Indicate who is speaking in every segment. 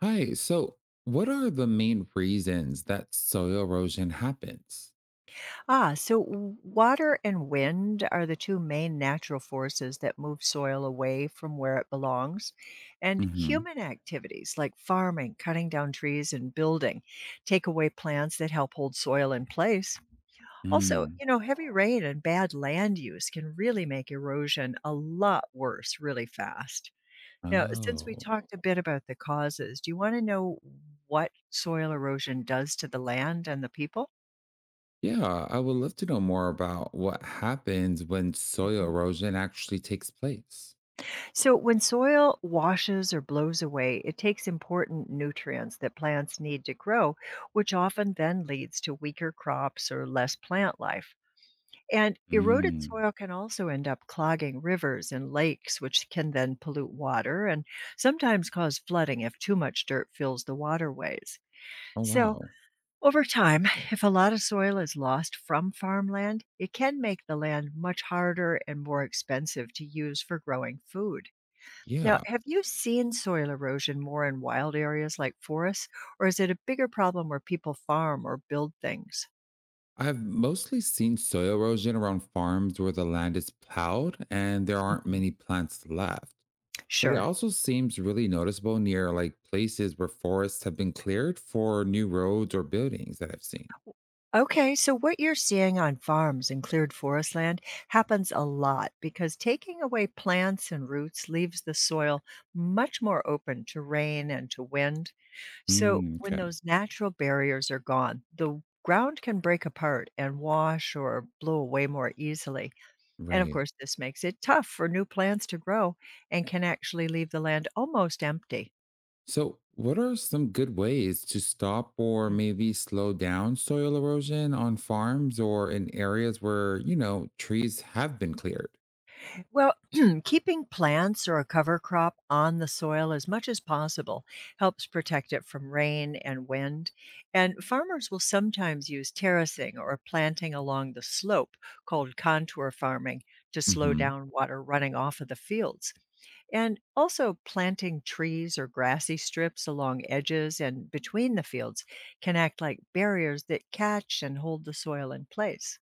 Speaker 1: Hi. So, what are the main reasons that soil erosion happens?
Speaker 2: Water and wind are the two main natural forces that move soil away from where it belongs. And
Speaker 1: Hmm.
Speaker 2: human activities like farming, cutting down trees, and building take away plants that help hold soil in place. Also,
Speaker 1: Mm.
Speaker 2: heavy rain and bad land use can really make erosion a lot worse really fast. Now, since we
Speaker 1: Oh,
Speaker 2: talked a bit about the causes, do you want to know what soil erosion does to the land and the people?
Speaker 1: yeah. I would love to know more about what happens when soil
Speaker 2: Mhm.
Speaker 1: erosion actually takes place.
Speaker 2: So, when soil washes or blows away, it takes important nutrients that plants need to grow, which often then leads to weaker crops or less plant life. And eroded
Speaker 1: Mm.
Speaker 2: soil can also end up clogging rivers and lakes, which can then pollute water and sometimes cause flooding if too much dirt fills the waterways.
Speaker 1: Oh,
Speaker 2: So,
Speaker 1: wow.
Speaker 2: over time, if a lot of soil is lost from farmland, it can make the land much harder and more expensive to use for growing food. Now,
Speaker 1: Yeah.
Speaker 2: have you seen soil erosion more in wild areas like forests, or is it a bigger problem where people farm or build things?
Speaker 1: I've mostly seen soil erosion around farms where the land is plowed and there aren't
Speaker 2: Mhm.
Speaker 1: many plants left. But it
Speaker 2: Sure.
Speaker 1: also seems really noticeable near like places where forests have been cleared for new roads or buildings that I've seen.
Speaker 2: Okay, so what you're seeing on farms and cleared forest land happens a lot because taking away plants and roots leaves the soil much more open to rain and to wind. So
Speaker 1: Mm,
Speaker 2: when
Speaker 1: okay,
Speaker 2: those natural barriers are gone, the ground can break apart and wash or blow away more easily. And of
Speaker 1: right.
Speaker 2: course, this makes it tough for new plants to grow and can actually leave the land almost empty.
Speaker 1: So, what are some good ways to stop or
Speaker 2: Mm.
Speaker 1: maybe slow down soil erosion on farms or in areas where, you know, trees have been cleared?
Speaker 2: Well, keeping plants or a cover crop on the soil as much as possible helps protect it from rain and wind. And farmers will sometimes use terracing or planting along the slope, called contour farming, to slow
Speaker 1: Hmm.
Speaker 2: down water running off of the fields. And also, planting trees or grassy strips along edges and between the fields can act like barriers that catch and hold the soil in place.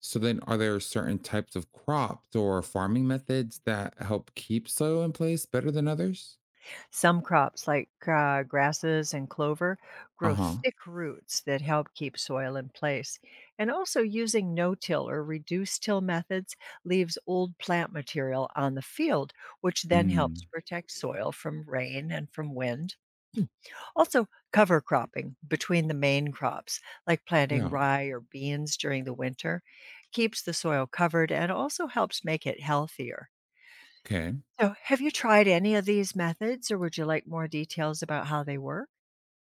Speaker 1: So, then are there certain types of crops or farming methods that help keep soil in place better than others?
Speaker 2: Some crops, like grasses and clover,
Speaker 1: Uh
Speaker 2: grow
Speaker 1: huh.
Speaker 2: thick roots that help keep soil in place. And also, using no till or reduced till methods leaves old plant material on the field, which then helps
Speaker 1: Mm.
Speaker 2: protect soil from rain and from wind. Also, cover cropping between the main crops, like planting
Speaker 1: Yeah.
Speaker 2: rye or beans during the winter, keeps the soil covered and also helps make it healthier.
Speaker 1: Okay.
Speaker 2: So, have you tried any of these methods or would you like more details about how they work?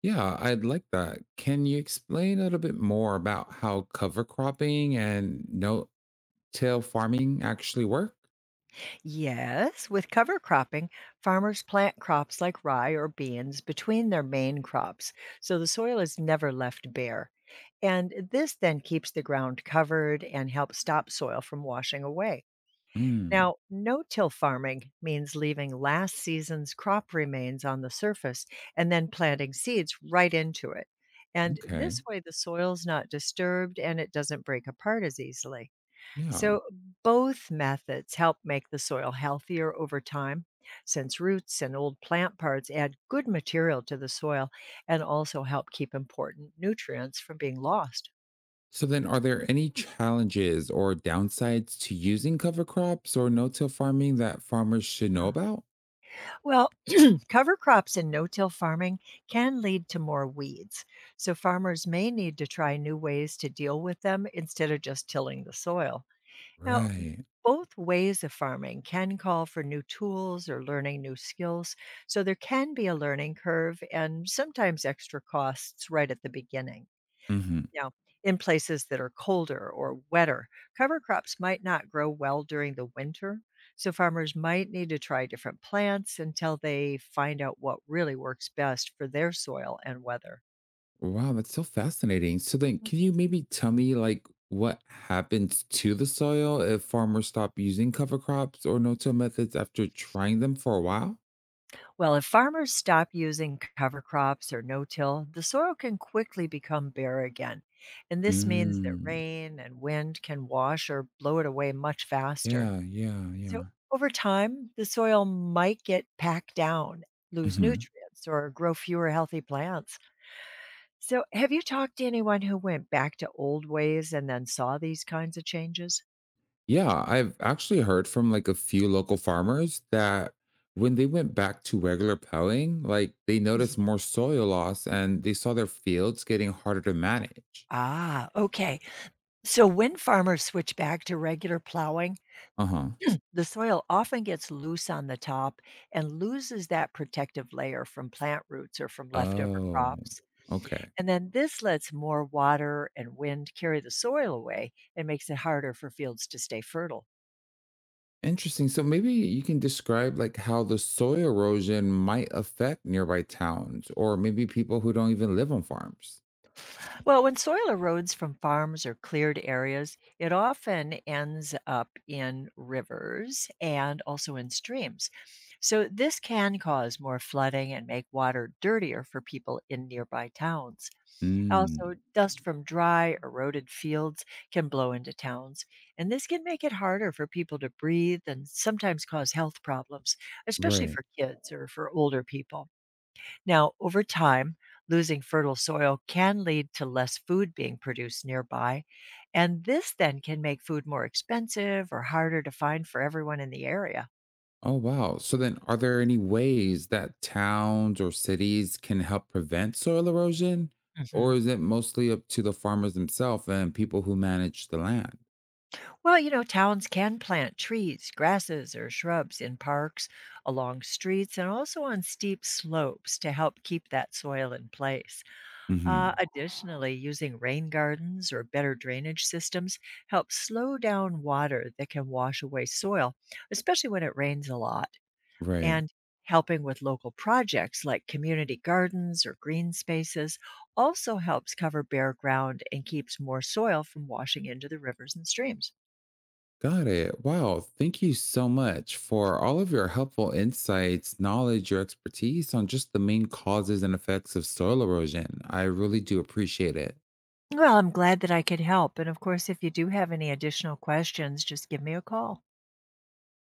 Speaker 1: Yeah, I'd like that. Can you explain a little bit more about how cover cropping and no till farming actually work?
Speaker 2: Yes, with cover cropping, farmers plant crops like rye or beans between their main crops, so the soil is never left bare. And this then keeps the ground covered and helps stop soil from washing away.
Speaker 1: Mm,
Speaker 2: Now, no-till farming means leaving last season's crop remains on the surface and then planting seeds right into it. And
Speaker 1: okay.
Speaker 2: this way, the soil's not disturbed and it doesn't break apart as easily.
Speaker 1: Yeah.
Speaker 2: So, both methods help make the soil healthier over time, since roots and old plant parts add good material to the soil and also help keep important nutrients from being lost.
Speaker 1: So then, are there any challenges or downsides to using cover crops or no-till farming that farmers should know
Speaker 2: Ah,
Speaker 1: about?
Speaker 2: Well, Cover crops in no till farming can lead to more weeds, so farmers may need to try new ways to deal with them instead of just tilling the soil. Now,
Speaker 1: Right.
Speaker 2: both ways of farming can call for new tools or learning new skills, so there can be a learning curve and sometimes extra costs right at the beginning.
Speaker 1: Hmm.
Speaker 2: Now, in places that are colder or wetter, cover crops might not grow well during the winter, so farmers might need to try different plants until they find out what really works best for their soil and weather.
Speaker 1: Wow, that's so fascinating. So then, can you maybe tell me like what happens to the soil if farmers stop using cover crops or no-till methods after trying them for a while?
Speaker 2: Well, if farmers stop using cover crops or no till, the soil can quickly become bare again. And this means that
Speaker 1: Mm,
Speaker 2: rain and wind can wash or blow it away much faster.
Speaker 1: yeah, yeah,
Speaker 2: So over time, the soil might get packed down, lose
Speaker 1: yeah.
Speaker 2: nutrients, or grow fewer healthy plants. So, have you talked to anyone who went back to old ways and then saw these kinds of changes?
Speaker 1: Yeah, I've actually heard from like a few local farmers that when they went back to regular plowing, like they
Speaker 2: Mhm.
Speaker 1: noticed more soil loss and they saw their fields getting harder to manage.
Speaker 2: Ah, okay. So when farmers switch back to regular plowing,
Speaker 1: Uh-huh.
Speaker 2: the soil often gets loose on the top and loses that protective layer from plant roots or from leftover
Speaker 1: Oh,
Speaker 2: crops.
Speaker 1: okay.
Speaker 2: And then this lets more water and wind carry the soil away and makes it harder for fields to stay fertile.
Speaker 1: Interesting. So maybe you can describe like how the soil erosion might affect nearby towns or maybe people who don't even live on farms.
Speaker 2: Well, when soil erodes from farms or cleared areas, it often ends up in rivers and also in streams. So, this can cause more flooding and make water dirtier for people in nearby towns.
Speaker 1: Mm.
Speaker 2: Also, dust from dry, eroded fields can blow into towns, and this can make it harder for people to breathe and sometimes cause health problems, especially
Speaker 1: Right.
Speaker 2: for kids or for older people. Now, over time, losing fertile soil can lead to less food being produced nearby, and this then can make food more expensive or harder to find for everyone in the area.
Speaker 1: Oh, wow. So then, are there any ways that towns or cities can help prevent soil erosion?
Speaker 2: Hmm.
Speaker 1: Or is it mostly up to the farmers themselves and people who manage the land?
Speaker 2: Well, towns can plant trees, grasses, or shrubs in parks, along streets, and also on steep slopes to help keep that soil in place. Uh,
Speaker 1: Hmm.
Speaker 2: additionally, using rain gardens or better drainage systems helps slow down water that can wash away soil, especially when it rains a lot.
Speaker 1: Right.
Speaker 2: And helping with local projects like community gardens or green spaces also helps cover bare ground and keeps more soil from washing into the rivers and streams.
Speaker 1: Got it. Wow. Thank you so much for all of your helpful insights, knowledge, your expertise on just the main causes and effects of soil erosion. I really do appreciate it.
Speaker 2: Well, I'm glad that I could help, and of course, if you do have any additional questions, just give me a call.